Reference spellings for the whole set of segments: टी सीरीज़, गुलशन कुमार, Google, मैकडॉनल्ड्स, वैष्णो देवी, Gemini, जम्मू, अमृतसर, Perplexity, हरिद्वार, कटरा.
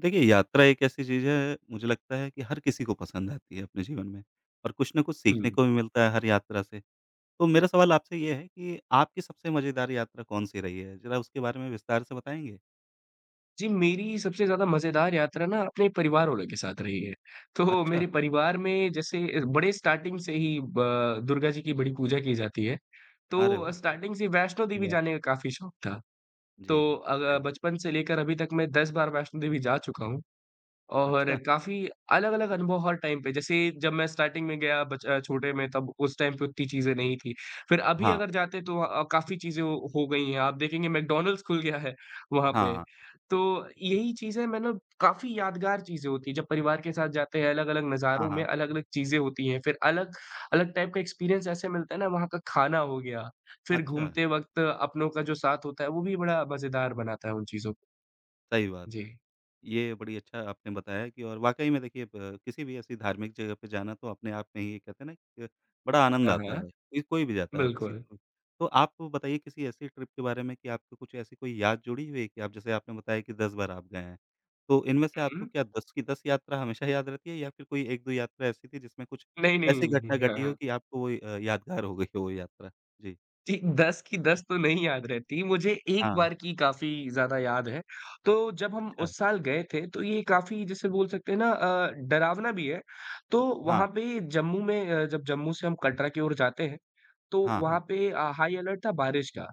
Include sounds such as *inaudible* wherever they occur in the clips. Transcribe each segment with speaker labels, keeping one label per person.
Speaker 1: देखिए, यात्रा एक ऐसी चीज़ है, मुझे लगता है कि हर किसी को पसंद आती है अपने जीवन में और कुछ ना कुछ सीखने
Speaker 2: हुँ।
Speaker 1: को भी मिलता है हर यात्रा से। तो मेरा सवाल आपसे ये है कि आपकी सबसे मज़ेदार यात्रा कौन-सी रही है? ज़रा उसके बारे में विस्तार से बताएँगे?
Speaker 2: जी, मेरी सबसे ज़्यादा मज़ेदार यात्रा ना अपने परिवार वालों के साथ रही है। तो
Speaker 1: अच्छा,
Speaker 2: मेरे परिवार में जैसे बड़े स्टार्टिंग से ही ब दुर्गा जी की बड़ी पूजा की जाती है।
Speaker 1: अरे
Speaker 2: तो
Speaker 1: वाह!
Speaker 2: स्टार्टिंग से वैष्णो
Speaker 1: अच्छी
Speaker 2: देवी
Speaker 1: बात
Speaker 2: जाने
Speaker 1: है।
Speaker 2: का काफ़ी शौक था।
Speaker 1: जी,
Speaker 2: तो
Speaker 1: जी।
Speaker 2: अग
Speaker 1: अरे वाह!
Speaker 2: बचपन से लेकर अभी तक मैं 10 बार वैष्णो देवी जा चुका हूँ। और
Speaker 1: अच्छा।
Speaker 2: काफ़ी अलग-अलग अनुभव हर टाइम पे, जैसे जब मैं स्टार्टिंग में गया छोटे में तब उस टाइम पे उतनी चीज़ें नहीं थी। फिर अभी
Speaker 1: हाँ,
Speaker 2: अगर जाते तो काफ़ी चीज़ें हो गई हैं, आप देखेंगे मैकडॉनल्ड्स खुल गया है वहाँ पे।
Speaker 1: हाँ,
Speaker 2: तो यही चीज़ें मतलब काफ़ी यादगार चीज़ें होती हैं, जब परिवार के साथ जाते हैं अलग-अलग
Speaker 1: हाँ,
Speaker 2: नज़ारों में
Speaker 1: हाँ।
Speaker 2: अलग-अलग चीज़ें होती हैं, फिर अलग-अलग टाइप का एक्सपीरियंस ऐसे मिलता है ना, वहाँ का खाना हो गया, फिर
Speaker 1: अच्छा,
Speaker 2: घूमते वक़्त अपनों का जो साथ होता है वो भी बड़ा मज़ेदार बनाता है उन चीज़ों को।
Speaker 1: सही बात
Speaker 2: जी।
Speaker 1: है। ये बड़ी अच्छा आपने बताया कि और वाक़ई में देखिए ब किसी भी ऐसी धार्मिक जगह पे जाना तो अपने आप में ही ये कहते हैं ना कि बड़ा आनंद
Speaker 2: हाँ,
Speaker 1: आता
Speaker 2: हाँ।
Speaker 1: है, ये कोई भी जाता है किसी
Speaker 2: बिल्कुल।
Speaker 1: को। तो आप बताइए किसी ऐसी ट्रिप के बारे में कि आपको कुछ ऐसी कोई याद जुड़ी हुई है कि आप जैसे आपने बताया कि 10 बार आप गए हैं, तो इनमें से आपको
Speaker 2: हुँ।
Speaker 1: क्या 10 की 10 यात्रा हमेशा याद रहती है या फिर कोई 1-2 यात्रा ऐसी थी जिसमें कुछ
Speaker 2: नहीं,
Speaker 1: ऐसी घटना
Speaker 2: नहीं।
Speaker 1: घटी हो
Speaker 2: हाँ,
Speaker 1: कि आपको वो यादगार हो गई हो वो यात्रा? जी।
Speaker 2: जी, 10 की 10 तो नहीं याद रहती, मुझे एक
Speaker 1: हाँ,
Speaker 2: बार की काफ़ी ज़्यादा याद है। तो जब हम
Speaker 1: अच्छा।
Speaker 2: उस साल गए थे, तो ये काफ़ी जिसे बोल सकते हैं ना डरावना भी है। तो
Speaker 1: हाँ,
Speaker 2: वहाँ पे जम्मू में जब जम्मू से हम कटरा की ओर जाते हैं, तो
Speaker 1: हाँ, हाँ।
Speaker 2: वहाँ पे हाई अलर्ट था बारिश का।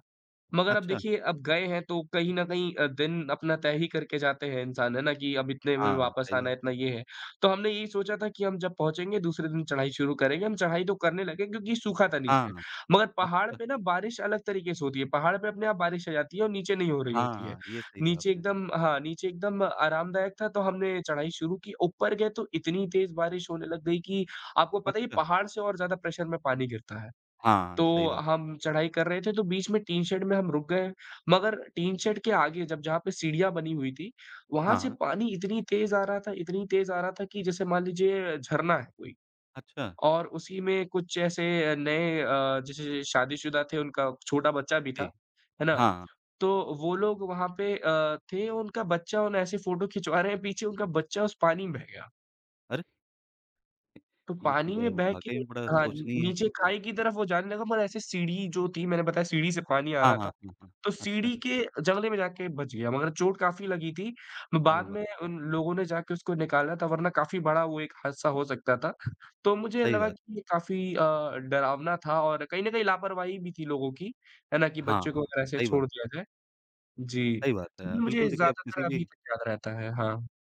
Speaker 2: मगर अब
Speaker 1: अच्छा।
Speaker 2: देखिए, अब गए हैं तो कहीं न कहीं दिन अपना तय ही करके जाते हैं इंसान, है ना? कि अब इतने में
Speaker 1: हाँ,
Speaker 2: वापस
Speaker 1: सही
Speaker 2: आना
Speaker 1: बात।
Speaker 2: है, इतना ये है। तो हमने यही सोचा था कि हम जब पहुँचेंगे दूसरे दिन चढ़ाई शुरू करेंगे, हम चढ़ाई तो करने लगे क्योंकि सूखा था नीचे।
Speaker 1: हाँ,
Speaker 2: मगर पहाड़
Speaker 1: अच्छा।
Speaker 2: पे ना बारिश अलग तरीके से होती है, पहाड़ पे अपने आप बारिश आ जाती है और नीचे नहीं हो रही
Speaker 1: हाँ,
Speaker 2: होती है।
Speaker 1: हाँ, ये सही कहा
Speaker 2: नीचे
Speaker 1: आपने।
Speaker 2: एकदम हाँ, नीचे एकदम आरामदायक था तो हमने चढ़ाई शुरू की, ऊपर गए तो इतनी तेज़ बारिश होने लग गई कि आपको पता ही है
Speaker 1: अच्छा,
Speaker 2: पहाड़ से और ज़्यादा प्रेशर में पानी गिरता है।
Speaker 1: हाँ,
Speaker 2: तो
Speaker 1: सही बात है।
Speaker 2: हम चढ़ाई कर रहे थे तो बीच में टीन शेड में हम रुक गए, मगर टीन शेड के आगे जब जहाँ पे सीढ़ियाँ बनी हुई थी, वहाँ
Speaker 1: हाँ,
Speaker 2: से
Speaker 1: हाँ,
Speaker 2: पानी इतनी तेज़ आ रहा था इतनी तेज़ आ रहा था कि जैसे मान लीजिए झरना है कोई
Speaker 1: अच्छा,
Speaker 2: और उसी में कुछ ऐसे नए जैसे शादीशुदा थे उनका छोटा बच्चा भी था,
Speaker 1: जी,
Speaker 2: है ना?
Speaker 1: हाँ।
Speaker 2: तो वो लोग वहाँ पे थे उनका बच्चा उन ऐसे फ़ोटो खिंचवा रहे हैं पीछे उनका बच्चा उस पानी में बह गया।
Speaker 1: अरे!
Speaker 2: तो
Speaker 1: ये तो
Speaker 2: पानी में
Speaker 1: ब
Speaker 2: बह के
Speaker 1: वाक़ई में बड़ा
Speaker 2: हाँ,
Speaker 1: सोचनीय है
Speaker 2: नीचे
Speaker 1: कि भई
Speaker 2: खाई की तरफ वो जाने लगा मगर ऐसे सीढ़ी जो थी मैंने बताया सीढ़ी से पानी आ
Speaker 1: हाँ,
Speaker 2: रहा
Speaker 1: हाँ,
Speaker 2: था।
Speaker 1: हाँ, हाँ।
Speaker 2: तो
Speaker 1: अच्छा,
Speaker 2: सीढ़ी के जंगले में जाके बच गया मगर चोट काफ़ी लगी थी।
Speaker 1: अरे
Speaker 2: बाद
Speaker 1: वाह!
Speaker 2: में उन लोगों ने जाके उसको निकाला था वरना काफ़ी बड़ा वो एक हादसा हो सकता था। तो मुझे
Speaker 1: सही
Speaker 2: लगा
Speaker 1: बात।
Speaker 2: कि ये काफ़ी डरावना था और कहीं न कहीं लापरवाही भी थी लोगों की, है ना? कि
Speaker 1: हाँ,
Speaker 2: बच्चों
Speaker 1: हाँ,
Speaker 2: को अगर ऐसे
Speaker 1: सही बात,
Speaker 2: छोड़ दिया जाए। जी।
Speaker 1: सही बात
Speaker 2: तो
Speaker 1: है।
Speaker 2: ये
Speaker 1: बिल्कुल
Speaker 2: मुझे
Speaker 1: देखिए आप किसी
Speaker 2: ज़्यादातर अभी
Speaker 1: भी
Speaker 2: तक याद रहता है। हाँ,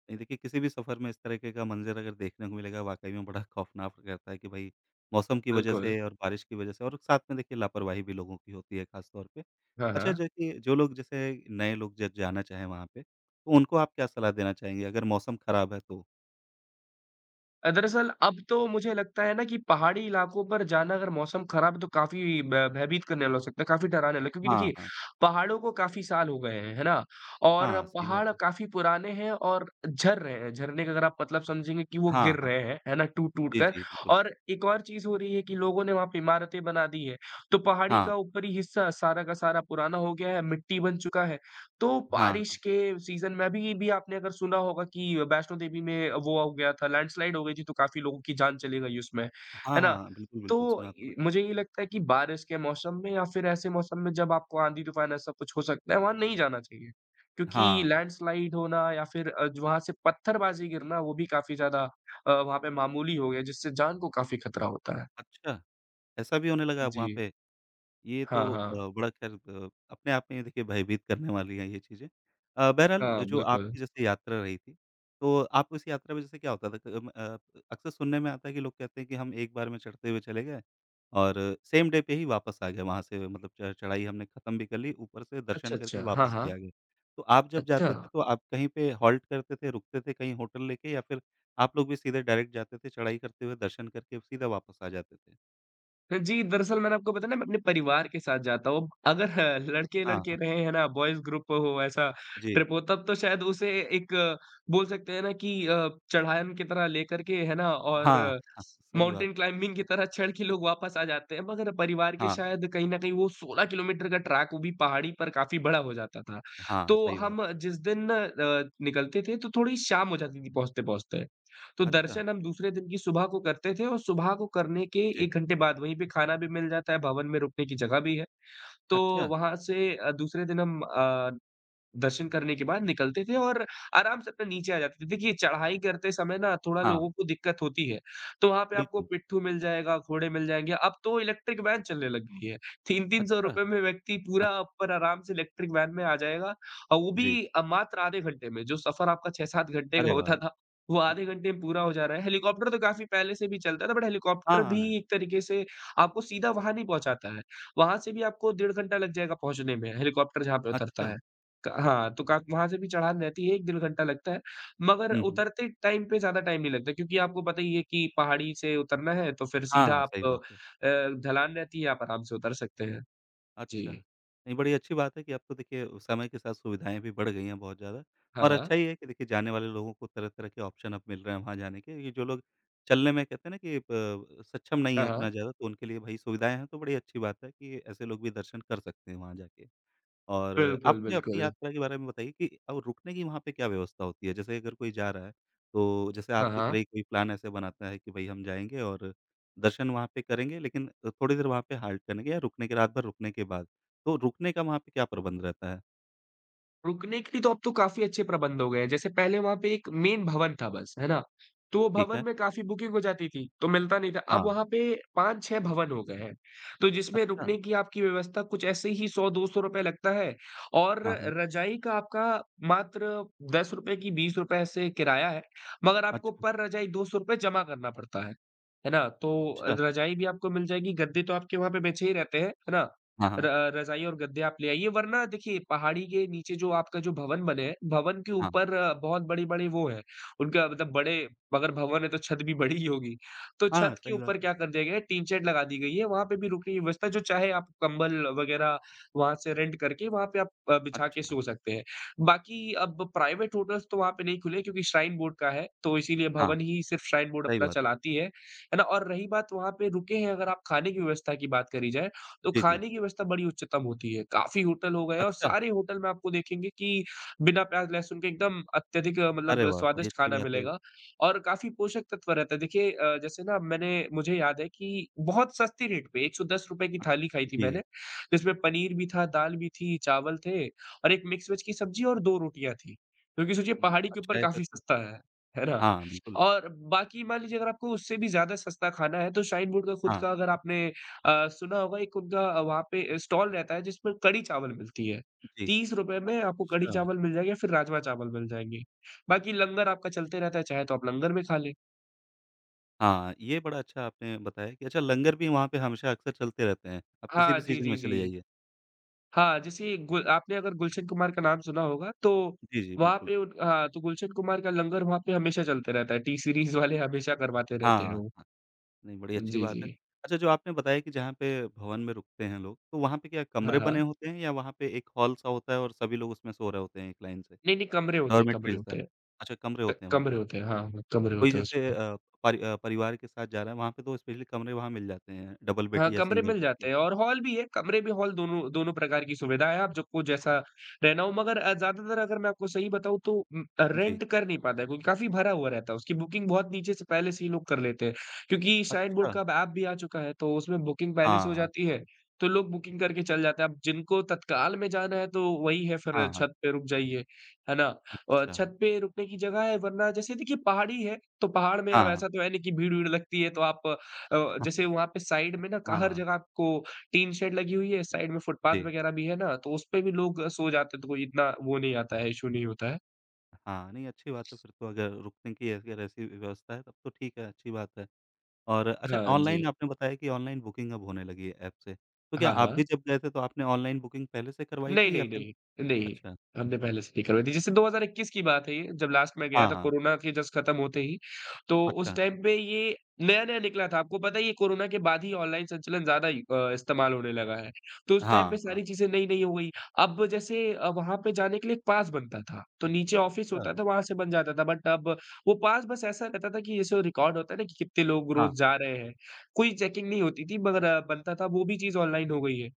Speaker 1: नहीं देखिए, किसी भी सफ़र में इस तरीके का मंज़र अगर देखने को मिलेगा वाक़ई में बड़ा खौफ़नाक रहता है कि भई मौसम की वज़ह
Speaker 2: बिल्कुल।
Speaker 1: से और बारिश की वज़ह से और साथ में देखिए लापरवाही भी लोगों की होती है ख़ास तौर पे।
Speaker 2: हाँ,
Speaker 1: अच्छा
Speaker 2: हाँ।
Speaker 1: जो कि जो लोग जैसे नए लोग जब जाना चाहें वहाँ पे, तो उनको आप क्या सलाह देना चाहेंगे अगर मौसम ख़राब है तो?
Speaker 2: दरअसल अब तो मुझे लगता है ना कि पहाड़ी इलाकों पर जाना अगर मौसम खराब है तो काफ़ी ब भयभीत करने वाला हो सकता है, काफ़ी डराने वाला क्योंकि
Speaker 1: हाँ,
Speaker 2: देखिए
Speaker 1: हाँ।
Speaker 2: पहाड़ों को काफ़ी साल हो गए हैं, है ना? और
Speaker 1: हाँ, सही बात
Speaker 2: पहाड़
Speaker 1: है।
Speaker 2: काफ़ी पुराने हैं और झर रहे हैं, झरने का अगर आप मतलब समझेंगे कि वो गिर
Speaker 1: हाँ, हाँ।
Speaker 2: रहे हैं, है ना? टूट-टूट
Speaker 1: जी,
Speaker 2: कर
Speaker 1: जी, बिल्कुल।
Speaker 2: और एक और चीज़ हो रही है कि लोगों ने वहाँ पे इमारतें बना दी है, तो पहाड़ी
Speaker 1: हाँ,
Speaker 2: का ऊपरी हिस्सा सारा का सारा पुराना हो गया है, मिट्टी बन चुका है तो
Speaker 1: हाँ,
Speaker 2: बारिश
Speaker 1: हाँ।
Speaker 2: के सीज़न में अभी भी आपने अगर सुना होगा कि वैष्णो देवी में वो हो गया था, लैंडस्लाइड हो गई थी, तो काफ़ी लोगों की जान चली गई उसमें,
Speaker 1: हाँ,
Speaker 2: है ना?
Speaker 1: हाँ, बिल्कुल, बिल्कुल
Speaker 2: तो
Speaker 1: सुना तो
Speaker 2: ये
Speaker 1: मैंने।
Speaker 2: मुझे ये लगता है कि बारिश के मौसम में या फिर ऐसे मौसम में जब आपको आंधी-तूफ़ान ऐसा कुछ हो सकता है, वहाँ नहीं जाना चाहिए।
Speaker 1: हाँ,
Speaker 2: क्योंकि
Speaker 1: हाँ।
Speaker 2: लैंडस्लाइड होना या फिर अ, ज वहाँ से पत्थरबाज़ी गिरना, वो भी काफ़ी ज़्यादा वहाँ पे मामूली हो गया, जिससे जान को काफ़ी खतरा होता है।
Speaker 1: अच्छा, ऐसा भी होने लगा अब
Speaker 2: जी।
Speaker 1: वहाँ पे? ये
Speaker 2: हाँ,
Speaker 1: तो
Speaker 2: हाँ।
Speaker 1: बड़ा ख़ैर अपने आप में ही देखिए भयभीत करने वाली है ये चीज़ें। बहरहाल
Speaker 2: हाँ,
Speaker 1: जो
Speaker 2: बिल्कुल।
Speaker 1: आपकी जैसे यात्रा रही थी, तो आपको इस यात्रा में जैसे क्या होता था अक्सर सुनने में आता है कि लोग कहते हैं कि हम एक बार में चढ़ते हुए चले गए और सेम डे पे ही वापस आ गए वहाँ से मतलब च चढ़ाई हमने ख़त्म भी कर ली, ऊपर से दर्शन
Speaker 2: अच्छा,
Speaker 1: करके
Speaker 2: अच्छा। हाँ,
Speaker 1: वापस भी
Speaker 2: हाँ।
Speaker 1: आ गए। तो आप जब
Speaker 2: अच्छा।
Speaker 1: जाते थे तो आप कहीं पे हॉल्ट करते थे, रुकते थे कहीं होटल लेके या फिर आप लोग भी सीधे डायरेक्ट जाते थे चढ़ाई करते हुए, दर्शन करके सीधा वापस आ जाते थे?
Speaker 2: तो जी, दरअसल मैंने आपको बताया ना मैं अपने परिवार के साथ जाता हूँ। अगर *laughs*
Speaker 1: हाँ,
Speaker 2: लड़के-लड़के
Speaker 1: हाँ।
Speaker 2: रहे हैं ना, बॉयज़ ग्रुप हो ऐसा
Speaker 1: जी।
Speaker 2: ट्रिप हो तब तो शायद उसे एक बोल सकते हैं ना कि चढ़ान की तरह लेकर के है ना और
Speaker 1: हाँ, हाँ, सही बात
Speaker 2: माउंटेन
Speaker 1: है।
Speaker 2: क्लाइंबिंग की तरह चढ़ के लोग वापस आ जाते हैं। मगर परिवार के
Speaker 1: हाँ,
Speaker 2: शायद कहीं न कहीं वो 16 किलोमीटर का ट्रैक वो भी पहाड़ी पर काफ़ी बड़ा हो जाता था।
Speaker 1: हाँ,
Speaker 2: तो
Speaker 1: सही बात।
Speaker 2: हम जिस दिन निकलते थे तो थोड़ी शाम हो जाती थी पहुँचते-पहुँचते। तो
Speaker 1: अच्छा,
Speaker 2: दर्शन हम दूसरे दिन की सुबह को करते थे और सुबह को करने के
Speaker 1: जी।
Speaker 2: 1 घंटे बाद वहीं पे खाना भी मिल जाता है, भवन में रुकने की जगह भी है। तो
Speaker 1: अच्छा,
Speaker 2: वहाँ से दूसरे दिन हम दर्शन करने के बाद निकलते थे और आराम से अपने नीचे आ जाते थे। देखिए, चढ़ाई करते समय ना थोड़ा
Speaker 1: हाँ,
Speaker 2: लोगों को दिक्कत होती है, तो वहाँ पे आपको
Speaker 1: बिल्कुल।
Speaker 2: पिट्ठू मिल जाएगा, घोड़े मिल जाएँगे। अब तो इलेक्ट्रिक वैन चलने लग गई है। 3-3 सौ
Speaker 1: अच्छा,
Speaker 2: रुपए में व्यक्ति
Speaker 1: हाँ,
Speaker 2: पूरा ऊपर आराम से इलेक्ट्रिक वैन में आ जाएगा और वो
Speaker 1: जी।
Speaker 2: भी मात्र आधे घंटे में। जो सफ़र आपका 6-7 घंटे का
Speaker 1: अरे वाह!
Speaker 2: होता था, वो आधे घंटे में पूरा हो जा रहा है। हेलीकॉप्टर तो काफ़ी पहले से भी चलता था, बट
Speaker 1: हाँ,
Speaker 2: हेलीकॉप्टर भी
Speaker 1: हाँ,
Speaker 2: एक तरीके से आपको सीधा वहाँ नहीं पहुँचाता है। वहाँ से भी आपको डेढ़ घंटा लग जाएगा पहुँचने में, हेलीकॉप्टर जहाँ पे उतरता
Speaker 1: अच्छा।
Speaker 2: है। क हाँ, तो का वहाँ से भी चढ़ान रहती है, 1 डेढ़ घंटा लगता है, मगर
Speaker 1: हुँ, हुँ।
Speaker 2: उतरते टाइम पे ज़्यादा टाइम नहीं लगता क्योंकि आपको पता ही है कि पहाड़ी से उतरना है तो फिर
Speaker 1: हाँ,
Speaker 2: सीधा
Speaker 1: हाँ,
Speaker 2: आप
Speaker 1: सही बात है।
Speaker 2: ढलान रहती है, आप आराम से उतर सकते हैं। जी।
Speaker 1: अच्छा, नहीं बड़ी अच्छी बात है कि अब तो देखिए समय के साथ सुविधाएँ भी बढ़ गई हैं बहुत ज़्यादा
Speaker 2: हाँ,
Speaker 1: और
Speaker 2: हाँ।
Speaker 1: अच्छा ये है कि देखिए जाने वाले लोगों को तरह-तरह के ऑप्शन अब मिल रहे हैं वहाँ जाने के। ये जो लोग चलने में कहते हैं ना कि ब सक्षम नहीं है
Speaker 2: हाँ,
Speaker 1: उतना
Speaker 2: हाँ।
Speaker 1: ज़्यादा तो उनके लिए भई सुविधाएँ हैं तो बड़ी अच्छी बात है कि ऐसे लोग भी दर्शन कर सकते हैं वहाँ जाके। और आप
Speaker 2: बिल्कुल,
Speaker 1: मुझे अपनी
Speaker 2: बिल्कुल।
Speaker 1: यात्रा के बारे में बताइए कि अब रुकने की वहाँ पे क्या व्यवस्था होती है? जैसे अगर कोई जा रहा है, तो जैसे
Speaker 2: हाँ,
Speaker 1: आपकी तरह
Speaker 2: हाँ।
Speaker 1: ही कोई प्लान ऐसे बनाता है कि भई हम जाएँगे और दर्शन वहाँ पे करेंगे लेकिन थोड़ी देर वहाँ पे हाल्ट करेंगे या रुकने के रात भर रुकने के बाद, तो रुकने का वहाँ पे क्या प्रबंध रहता है?
Speaker 2: रुकने के लिए तो अब तो काफ़ी अच्छे प्रबंध हो गए हैं। जैसे पहले वहाँ पे एक मेन भवन था बस, है ना? तो वो
Speaker 1: ठीक
Speaker 2: भवन
Speaker 1: है।
Speaker 2: में काफ़ी बुकिंग हो जाती थी, तो मिलता नहीं था। अब
Speaker 1: हाँ,
Speaker 2: वहाँ पे 5-6 भवन हो गए हैं, तो जिसमें
Speaker 1: अच्छा,
Speaker 2: रुकने की आपकी व्यवस्था कुछ ऐसे ही ₹100-200 रुपए लगता है और
Speaker 1: हाँ, हाँ,
Speaker 2: रज़ाई का आपका मात्र ₹10 की ₹20 ऐसे किराया है, मगर आपको
Speaker 1: अच्छा,
Speaker 2: पर रज़ाई ₹200 जमा करना पड़ता है ना? तो
Speaker 1: अच्छा,
Speaker 2: रज़ाई भी आपको मिल जाएगी, गद्दे तो आपके वहाँ पे बिछे ही रहते हैं, है ना?
Speaker 1: हाँ, हाँ,
Speaker 2: र रज़ाई और गद्दे आप ले आइए वरना देखिए पहाड़ी के नीचे जो आपका जो भवन बने हैं, भवन के
Speaker 1: हाँ,
Speaker 2: ऊपर बहुत बड़े-बड़े वो हैं, उनका मतलब बड़े अगर भवन है तो छत भी बड़ी ही होगी। तो
Speaker 1: हाँ,
Speaker 2: छत के
Speaker 1: सही बात
Speaker 2: ऊपर
Speaker 1: है।
Speaker 2: क्या कर दिया गया है टीन शेड लगा दी गई है, वहाँ पे भी रुकने की व्यवस्था है जो चाहे आप कंबल वग़ैरह वहाँ से रेंट करके वहाँ पे आप बिछा के
Speaker 1: अच्छा,
Speaker 2: सो सकते हैं। बाकी अब प्राइवेट होटल्स तो वहाँ पे नहीं खुले क्योंकि श्राइन बोर्ड का है, तो इसीलिए
Speaker 1: हाँ,
Speaker 2: भवन ही सिर्फ श्राइन बोर्ड
Speaker 1: सही
Speaker 2: अपना
Speaker 1: बात है।
Speaker 2: चलाती है ना? और रही बात वहाँ पे रुके हैं अगर आप खाने की व्यवस्था की बात करी जाए, तो
Speaker 1: जी, जी,
Speaker 2: खाने की व्यवस्था बड़ी उच्चतम होती है। काफ़ी होटल हो गए और
Speaker 1: अच्छा,
Speaker 2: सारे होटल में आपको देखेंगे कि बिना प्याज़ लहसुन के एकदम अत्यधिक
Speaker 1: अरे
Speaker 2: मतलब
Speaker 1: वाह! बड़ी
Speaker 2: स्वादिष्ट
Speaker 1: अच्छी
Speaker 2: खाना
Speaker 1: बात है।
Speaker 2: मिलेगा और काफ़ी पोषक तत्व रहता है। देखिए जैसे ना मैंने मुझे याद है कि बहुत सस्ते रेट पे ₹110 की
Speaker 1: अ,
Speaker 2: थाली खाई थी
Speaker 1: जी,
Speaker 2: मैंने, जिसमें पनीर भी था, दाल भी थी, चावल थे और एक मिक्स वेज की सब्ज़ी और 2 रोटियाँ थीं। क्योंकि सोचिए
Speaker 1: हुँ,
Speaker 2: पहाड़ी के
Speaker 1: अच्छा
Speaker 2: ऊपर
Speaker 1: है फिर
Speaker 2: काफ़ी
Speaker 1: तो।
Speaker 2: सस्ता है ना?
Speaker 1: हाँ, बिल्कुल,
Speaker 2: और बाकी मान लीजिए अगर आपको उससे भी ज़्यादा सस्ता खाना है तो शाइन फूड का खुद
Speaker 1: हाँ।
Speaker 2: का अगर आपने सुना होगा एक उनका वहाँ पे स्टॉल रहता है जिसमें कढ़ी चावल मिलती है।
Speaker 1: जी।
Speaker 2: ₹30 में आपको कढ़ी
Speaker 1: अच्छा।
Speaker 2: चावल मिल जाएँगे, फिर राजमा चावल मिल जाएँगे। बाकी लंगर आपका चलते रहता है, चाहे तो आप लंगर में खा लें।
Speaker 1: हाँ, ये बड़ा अच्छा आपने बताया कि अच्छा लंगर भी वहाँ पे हमेशा अक्सर चलते रहते हैं, आप किसी
Speaker 2: हाँ,
Speaker 1: भी
Speaker 2: जी,
Speaker 1: सीज़न में
Speaker 2: जी,
Speaker 1: चले
Speaker 2: जी।
Speaker 1: जाइए।
Speaker 2: हाँ, जैसे गु आपने अगर गुलशन कुमार का नाम सुना होगा तो
Speaker 1: जी, जी,
Speaker 2: वहाँ
Speaker 1: बिल्कुल।
Speaker 2: पे उन हाँ, तो गुलशन कुमार का लंगर वहाँ पे हमेशा चलते रहता है। टी सीरीज़ वाले हमेशा करवाते
Speaker 1: हाँ,
Speaker 2: रहते हैं
Speaker 1: हाँ,
Speaker 2: वो।
Speaker 1: हाँ। नहीं, बड़ी अच्छी
Speaker 2: जी,
Speaker 1: बात
Speaker 2: जी।
Speaker 1: है। अच्छा जो आपने बताया कि जहाँ पे भवन में रुकते हैं लोग, तो वहाँ पे क्या
Speaker 2: हाँ,
Speaker 1: कमरे बने
Speaker 2: हाँ।
Speaker 1: होते हैं या वहाँ पे एक हॉल सा होता है और सभी लोग उसमें सो रहे होते हैं एक लाइन से?
Speaker 2: नहीं, नहीं कमरे होते हैं,
Speaker 1: डॉर्मेट्री
Speaker 2: कमरे
Speaker 1: जैसा?
Speaker 2: होते हैं।
Speaker 1: अच्छा कमरे
Speaker 2: क
Speaker 1: होते हैं वहाँ
Speaker 2: कमरे
Speaker 1: पे।
Speaker 2: होते हैं। हाँ, हाँ, कमरे
Speaker 1: कोई
Speaker 2: होते हैं
Speaker 1: जैसे
Speaker 2: उसमें।
Speaker 1: परिवार के साथ जा रहा है वहाँ पे तो स्पेशली कमरे वहाँ मिल जाते हैं, डबल बेड
Speaker 2: हाँ,
Speaker 1: या
Speaker 2: कमरे
Speaker 1: सिंगल
Speaker 2: मिल
Speaker 1: बेड के।
Speaker 2: जाते हैं और हॉल भी है, कमरे भी हॉल दोनों दोनों प्रकार की सुविधा है, आप सबको जैसा रहना हो मगर ज़्यादातर अगर मैं आपको सही बताऊँ तो
Speaker 1: जी।
Speaker 2: रेंट कर नहीं पाता है क्योंकि काफ़ी भरा हुआ रहता है, उसकी बुकिंग बहुत नीचे से पहले से ही लोग कर लेते हैं, क्योंकि श्राइन
Speaker 1: अच्छा।
Speaker 2: बोर्ड का अब ऐप भी आ चुका है, तो उसमें बुकिंग पहले से
Speaker 1: हाँ,
Speaker 2: हो
Speaker 1: हाँ।
Speaker 2: जाती है, तो लोग बुकिंग करके चल जाते हैं। अब जिनको तत्काल में जाना है तो वही है फिर
Speaker 1: हाँ, हाँ।
Speaker 2: छत पे रुक जाइए, है ना? और
Speaker 1: अच्छा।
Speaker 2: छत पे रुकने की जगह है वरना जैसे देखिए पहाड़ी है, तो पहाड़ में अब
Speaker 1: हाँ,
Speaker 2: ऐसा तो है नहीं कि भीड़-वीड़ लगती है तो आप
Speaker 1: हाँ,
Speaker 2: जैसे वहाँ पे साइड में ना हर
Speaker 1: हाँ,
Speaker 2: जगह आपको टीन शेड लगी हुई है, साइड में फुटपाथ
Speaker 1: जी।
Speaker 2: वगैरह भी है ना, तो उसपे भी लोग सो जाते हैं, तो कोई इतना वो नहीं आता है, इश्यू नहीं होता है।
Speaker 1: हाँ, नहीं अच्छी बात है फिर तो अगर रुकने की अगर ऐसी व्यवस्था है तब तो ठीक है, अच्छी बात है। और अच्छा
Speaker 2: हाँ जी।
Speaker 1: ऑनलाइन आपने बताया कि ऑनलाइन बुकिंग अब होने लगी है ऐप से। तो क्या
Speaker 2: हाँ,
Speaker 1: आप भी
Speaker 2: हाँ।
Speaker 1: जब गए थे तो आपने ऑनलाइन बुकिंग पहले से करवाई
Speaker 2: नहीं,
Speaker 1: थी या
Speaker 2: नहीं,
Speaker 1: फिर
Speaker 2: नहीं, नहीं।
Speaker 1: अच्छा,
Speaker 2: हमने पहले से नहीं करवाई थी। जैसे 2021 की बात है ये, जब लास्ट मैं गया
Speaker 1: हाँ,
Speaker 2: था
Speaker 1: हाँ,
Speaker 2: कोरोना के जस्ट खत्म होते ही, तो
Speaker 1: अच्छा,
Speaker 2: उस टाइम पे ये नया-नया निकला था। आपको पता ही है कोरोना के बाद ही ऑनलाइन संचलन ज़्यादा ही इस्तेमाल होने लगा है। तो उस टाइम
Speaker 1: हाँ,
Speaker 2: पे
Speaker 1: हाँ,
Speaker 2: सारी चीज़ें नई-नई हो गई। अब जैसे वहाँ पे जाने के लिए एक पास बनता था, तो नीचे ऑफ़िस
Speaker 1: अच्छा,
Speaker 2: होता था वहाँ से बन जाता था। बट अब वो पास बस ऐसा रहता था कि जैसे वो रिकॉर्ड होता है ना कि कितने लोग
Speaker 1: हाँ,
Speaker 2: रोज़
Speaker 1: हाँ,
Speaker 2: जा रहे हैं, कोई चेकिंग नहीं होती थी मगर बनता था वो भी चीज़ ऑनलाइन हो गई है।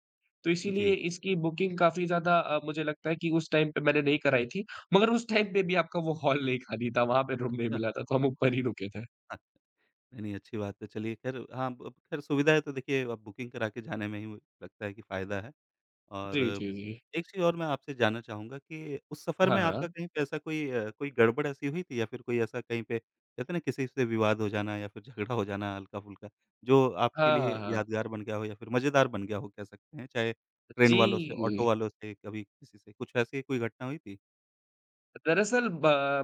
Speaker 2: तो इसीलिए
Speaker 1: जी,
Speaker 2: इसकी बुकिंग काफ़ी ज़्यादा मुझे लगता है कि उस टाइम पे मैंने नहीं कराई थी, मगर उस टाइम पे भी आपका वो हॉल नहीं खाली था, वहाँ पे रूम नहीं
Speaker 1: अच्छा।
Speaker 2: मिला था, तो हम ऊपर ही रुके थे।
Speaker 1: हाँ, नहीं, नहीं अच्छी बात है चलिए ख़ैर हाँ, ब खैर सुविधा है तो देखिए अब बुकिंग करा के जाने में ही मुझे लगता है कि फ़ायदा है। और
Speaker 2: जी, जी, जी।
Speaker 1: एक चीज़ और मैं आपसे जानना चाहूँगा कि उस सफ़र
Speaker 2: हाँ,
Speaker 1: में आपका
Speaker 2: हाँ।
Speaker 1: कहीं पे ऐसा कोई कोई गड़बड़ ऐसी हुई थी या फिर कोई ऐसा कहीं पे कहते हैं ना किसी से विवाद हो जाना या फिर झगड़ा हो जाना हल्का-फुल्का, जो आपके
Speaker 2: हाँ, हाँ,
Speaker 1: लिए
Speaker 2: हाँ।
Speaker 1: यादगार बन गया हो या फिर मज़ेदार बन गया हो कह सकते हैं, चाहे ट्रेन वालों से, ऑटो
Speaker 2: जी,
Speaker 1: वालों से, कभी किसी से, कुछ ऐसी कोई घटना हुई थी?
Speaker 2: दरअसल ब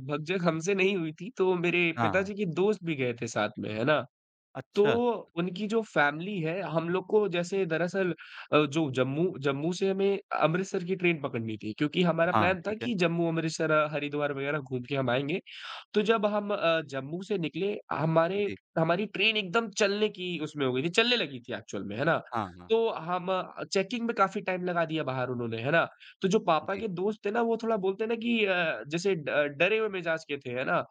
Speaker 2: भगदड़ हमसे नहीं हुई थी, तो मेरे
Speaker 1: हाँ, हाँ।
Speaker 2: पिताजी के दोस्त भी गए थे साथ में, है ना? तो
Speaker 1: अच्छा,
Speaker 2: उनकी जो फ़ैमिली है, हम लोग को जैसे दरअसल जो जम्मू जम्मू से हमें अमृतसर की ट्रेन पकड़नी थी, क्योंकि हमारा
Speaker 1: हाँ,
Speaker 2: प्लान था
Speaker 1: ठीक है।
Speaker 2: कि जम्मू, अमृतसर, हरिद्वार वगैरह घूम के हम आएँगे। तो जब हम जम्मू से निकले हमारे
Speaker 1: जी,
Speaker 2: हमारी ट्रेन एकदम चलने की उसमें हो गई थी, चलने लगी थी एक्चुअल में, है ना?
Speaker 1: हाँ, हाँ, हाँ।
Speaker 2: तो हम चेकिंग में काफ़ी टाइम लगा दिया बाहर उन्होंने, है ना? तो जो पापा
Speaker 1: जी,
Speaker 2: के दोस्त थे ना वो थोड़ा बोलते हैं ना कि जैसे ड डरे हुए मिजाज के थे, है ना?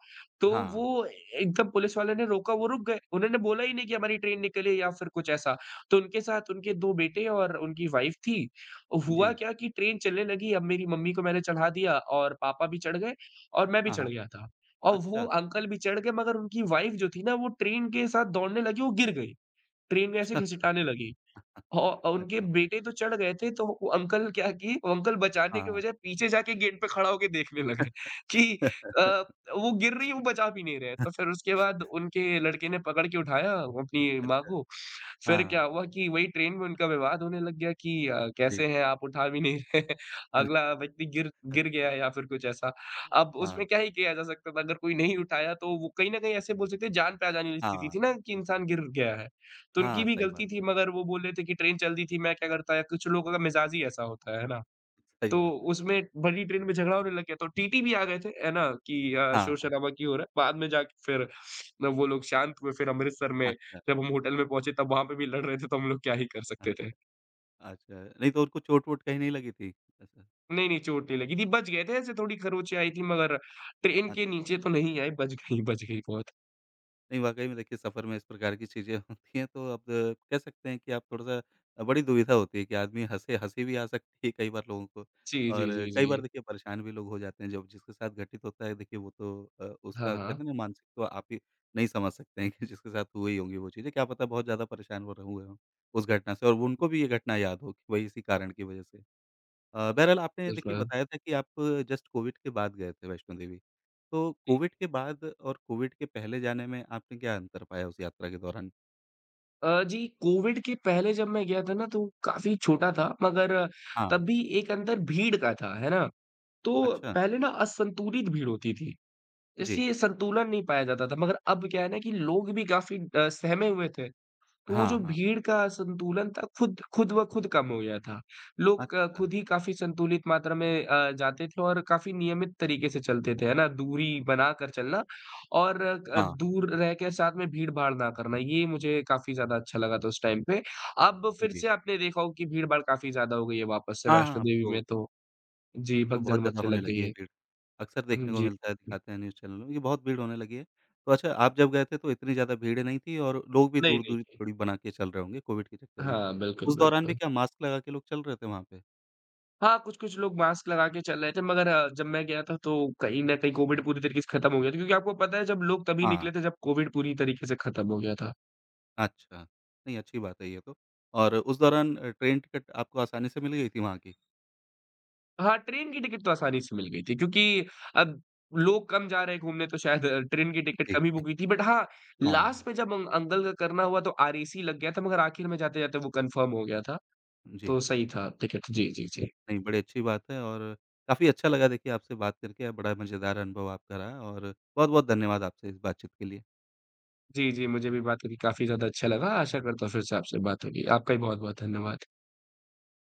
Speaker 2: तो
Speaker 1: हाँ,
Speaker 2: वो एकदम पुलिस वाले ने रोका वो रुक गए, उन्होंने बोला ही नहीं कि हमारी ट्रेन निकले या फिर कुछ ऐसा। तो उनके साथ उनके 2 बेटे और उनकी वाइफ थी।
Speaker 1: जी,
Speaker 2: हुआ क्या कि ट्रेन चलने लगी, अब मेरी मम्मी को मैंने चढ़ा दिया और पापा भी चढ़ गए और मैं भी
Speaker 1: हाँ,
Speaker 2: चढ़
Speaker 1: हाँ,
Speaker 2: गया था। और वो
Speaker 1: अच्छा,
Speaker 2: अंकल भी चढ़ गए मगर उनकी वाइफ़ जो थी ना वो ट्रेन के साथ दौड़ने लगी, वो गिर गई। ट्रेन में ऐसे
Speaker 1: अच्छा,
Speaker 2: घसीटाने लगी। औ और
Speaker 1: अरे
Speaker 2: उनके
Speaker 1: बाप रे!
Speaker 2: बेटे तो चढ़ गए थे, तो वो अंकल क्या किए, वो अंकल बचाने
Speaker 1: हाँ,
Speaker 2: के
Speaker 1: हाँ।
Speaker 2: बजाय पीछे जाके गेट पे खड़ा होके देखने लगे कि अ,
Speaker 1: *laughs*
Speaker 2: वो गिर रही है, वो बचा भी नहीं रहे। तो फिर उसके बाद उनके लड़के ने पकड़ के उठाया अपनी माँ
Speaker 1: अच्छा,
Speaker 2: को।
Speaker 1: हाँ,
Speaker 2: फिर क्या
Speaker 1: हाँ,
Speaker 2: हुआ कि वही ट्रेन में उनका विवाद होने लग गया कि
Speaker 1: जी,
Speaker 2: कैसे हैं आप उठा भी नहीं रहे *laughs* हैं,
Speaker 1: अरे!
Speaker 2: अगला व्यक्ति गिर गिर गया या फिर कुछ ऐसा। अब
Speaker 1: हाँ।
Speaker 2: उसमें क्या ही किया जा सकता था, अगर कोई नहीं उठाया तो वो कहीं न कहीं ऐसे बोल सकते हैं जान पहचान वाली स्थिति
Speaker 1: हाँ,
Speaker 2: थी ना कि इंसान गिर गया है। तो उनकी
Speaker 1: हाँ,
Speaker 2: भी
Speaker 1: सही बात
Speaker 2: गलती
Speaker 1: है,
Speaker 2: थी मगर वो बोल रहे थे कि ट्रेन चल रही थी, मैं क्या करता या कुछ लोगों का मिज़ाज ही ऐसा होता है ना?
Speaker 1: सही
Speaker 2: तो
Speaker 1: बात है।
Speaker 2: उसमें भली ट्रेन में झगड़ा होने लग गया, तो टीटी भी आ गए थे, है ना? कि
Speaker 1: हाँ,
Speaker 2: शोर-शराबा क्यों हो रहा है? बाद में जाके फिर न वो लोग शांत हुए, फिर अमृतसर में
Speaker 1: अच्छा,
Speaker 2: जब हम होटल में पहुँचे तब वहाँ पे भी लड़ रहे थे, तो हम लोग क्या ही कर सकते थे।
Speaker 1: अच्छा, अच्छा। नहीं तो उनको चोट-वोट कहीं नहीं लगी थी? अच्छा,
Speaker 2: नहीं, नहीं चोट नहीं लगी थी, बच गए थे, ऐसे थोड़ी खरोंचें आई थी मगर ट्रेन के
Speaker 1: अच्छा।
Speaker 2: नीचे तो नहीं आई, बच गई बहुत।
Speaker 1: नहीं वाक़ई में देखिए सफ़र में इस प्रकार की चीज़ें *laughs* होती हैं तो अब कह सकते हैं कि आप थोड़ा-सा बड़ी दुविधा होती है कि आदमी हँसे हँसी भी आ सकती है कई बार लोगों को
Speaker 2: जी, जी,
Speaker 1: और
Speaker 2: जी,
Speaker 1: कई
Speaker 2: जी।
Speaker 1: बार देखिए परेशान भी लोग हो जाते हैं जब जिसके साथ घटित होता है देखिए वो तो
Speaker 2: हाँ,
Speaker 1: उसका कहते
Speaker 2: हाँ।
Speaker 1: हैं ना मानसिक तो आप ही नहीं समझ सकते हैं कि जिसके साथ हुई होंगी वो चीज़ें, क्या पता बहुत ज़्यादा परेशान वो र हुए हों उस घटना से और उनको भी ये घटना याद हो कि वही इसी कारण की वजह से बहरहाल आपने देखिए
Speaker 2: बिल्कुल।
Speaker 1: बताया था कि आप जस्ट कोविड के बाद गए थे वैष्णो देवी। तो कोविड के बाद और कोविड के पहले जाने में आपने क्या अंतर पाया उस यात्रा के दौरान?
Speaker 2: जी, कोविड के पहले जब मैं गया था ना तो काफ़ी छोटा था मगर
Speaker 1: हाँ,
Speaker 2: तब भी एक अंतर भीड़ का था, है ना? तो
Speaker 1: अच्छा,
Speaker 2: पहले ना असंतुलित भीड़ होती थी,
Speaker 1: जी।
Speaker 2: इसलिए संतुलन नहीं पाया जाता था मगर अब क्या है ना कि लोग भी काफ़ी सहमे हुए थे। तो वो
Speaker 1: हाँ,
Speaker 2: जो
Speaker 1: हाँ,
Speaker 2: भीड़ का संतुलन था खुद खुद ब खुद कम हो गया था। लोग
Speaker 1: अच्छा,
Speaker 2: खुद ही काफ़ी संतुलित मात्रा में जाते थे और काफ़ी नियमित तरीके से चलते थे, है ना? दूरी बनाकर चलना और
Speaker 1: हाँ,
Speaker 2: दूर रह के साथ में भीड़-भाड़ ना करना, ये मुझे काफ़ी ज़्यादा अच्छा लगा था उस टाइम पे। अब फिर
Speaker 1: जी।
Speaker 2: से आपने देखा हो कि भीड़-भाड़ काफ़ी ज़्यादा हो गई है वापस से
Speaker 1: हाँ, हाँ,
Speaker 2: वैष्णो देवी में तो।
Speaker 1: अब
Speaker 2: जी,
Speaker 1: तो बहुत
Speaker 2: भगदड़
Speaker 1: ज़्यादा
Speaker 2: मचने
Speaker 1: होने
Speaker 2: लग गई
Speaker 1: लगी है
Speaker 2: है।
Speaker 1: भीड़। अक्सर
Speaker 2: हुँ,
Speaker 1: देखने को
Speaker 2: जी।
Speaker 1: मिलता है,
Speaker 2: जी।
Speaker 1: दिखाते हैं न्यूज़ चैनल में कि बहुत भीड़ होने लगी है। तो अच्छा आप जब गए थे तो इतनी ज़्यादा भीड़ नहीं थी और लोग भी
Speaker 2: नहीं, नहीं,
Speaker 1: दूरी-दूरी
Speaker 2: जी।
Speaker 1: थोड़ी बना के चल रहे होंगे कोविड के चक्कर में।
Speaker 2: हाँ,
Speaker 1: तो
Speaker 2: बिल्कुल,
Speaker 1: उस दौरान भी
Speaker 2: बिल्कुल।
Speaker 1: क्या मास्क लगा के लोग चल रहे थे वहाँ पे?
Speaker 2: हाँ, कुछ-कुछ लोग मास्क लगा के चल रहे थे मगर जब मैं गया था तो कहीं न कहीं कोविड पूरी तरीके से खत्म हो गया था क्योंकि आपको पता है जब लोग तभी
Speaker 1: हाँ।
Speaker 2: निकले थे जब कोविड पूरी तरीके से खत्म हो गया था।
Speaker 1: अच्छा। नहीं, अच्छी बात है ये तो। और उस दौरान ट्रेन टिकट आपको आसानी से मिल गई थी वहाँ की?
Speaker 2: हाँ, ट्रेन की टिकट तो आसानी से मिल गई थी क्योंकि अब लोग कम जा रहे हैं घूमने तो शायद ट्रेन की टिकट
Speaker 1: जी।
Speaker 2: कम ही बुक हुई थी बट हाँ,
Speaker 1: हाँ,
Speaker 2: लास्ट में जब अंकल का करना हुआ तो आरएसी लग गया था मगर आखिर में जाते-जाते वो कन्फर्म हो गया था,
Speaker 1: जी।
Speaker 2: तो सही था टिकट। जी, जी, जी।
Speaker 1: नहीं, बड़ी अच्छी बात है और काफ़ी अच्छा लगा देखिए आपसे बात करके, बड़ा मज़ेदार अनुभव आपका रहा और बहुत-बहुत धन्यवाद आपसे इस बातचीत के लिए।
Speaker 2: जी, जी, मुझे भी बात करके काफ़ी ज़्यादा अच्छा लगा। आशा करता हूँ फिर से आपसे बात होगी। आपका भी बहुत-बहुत धन्यवाद।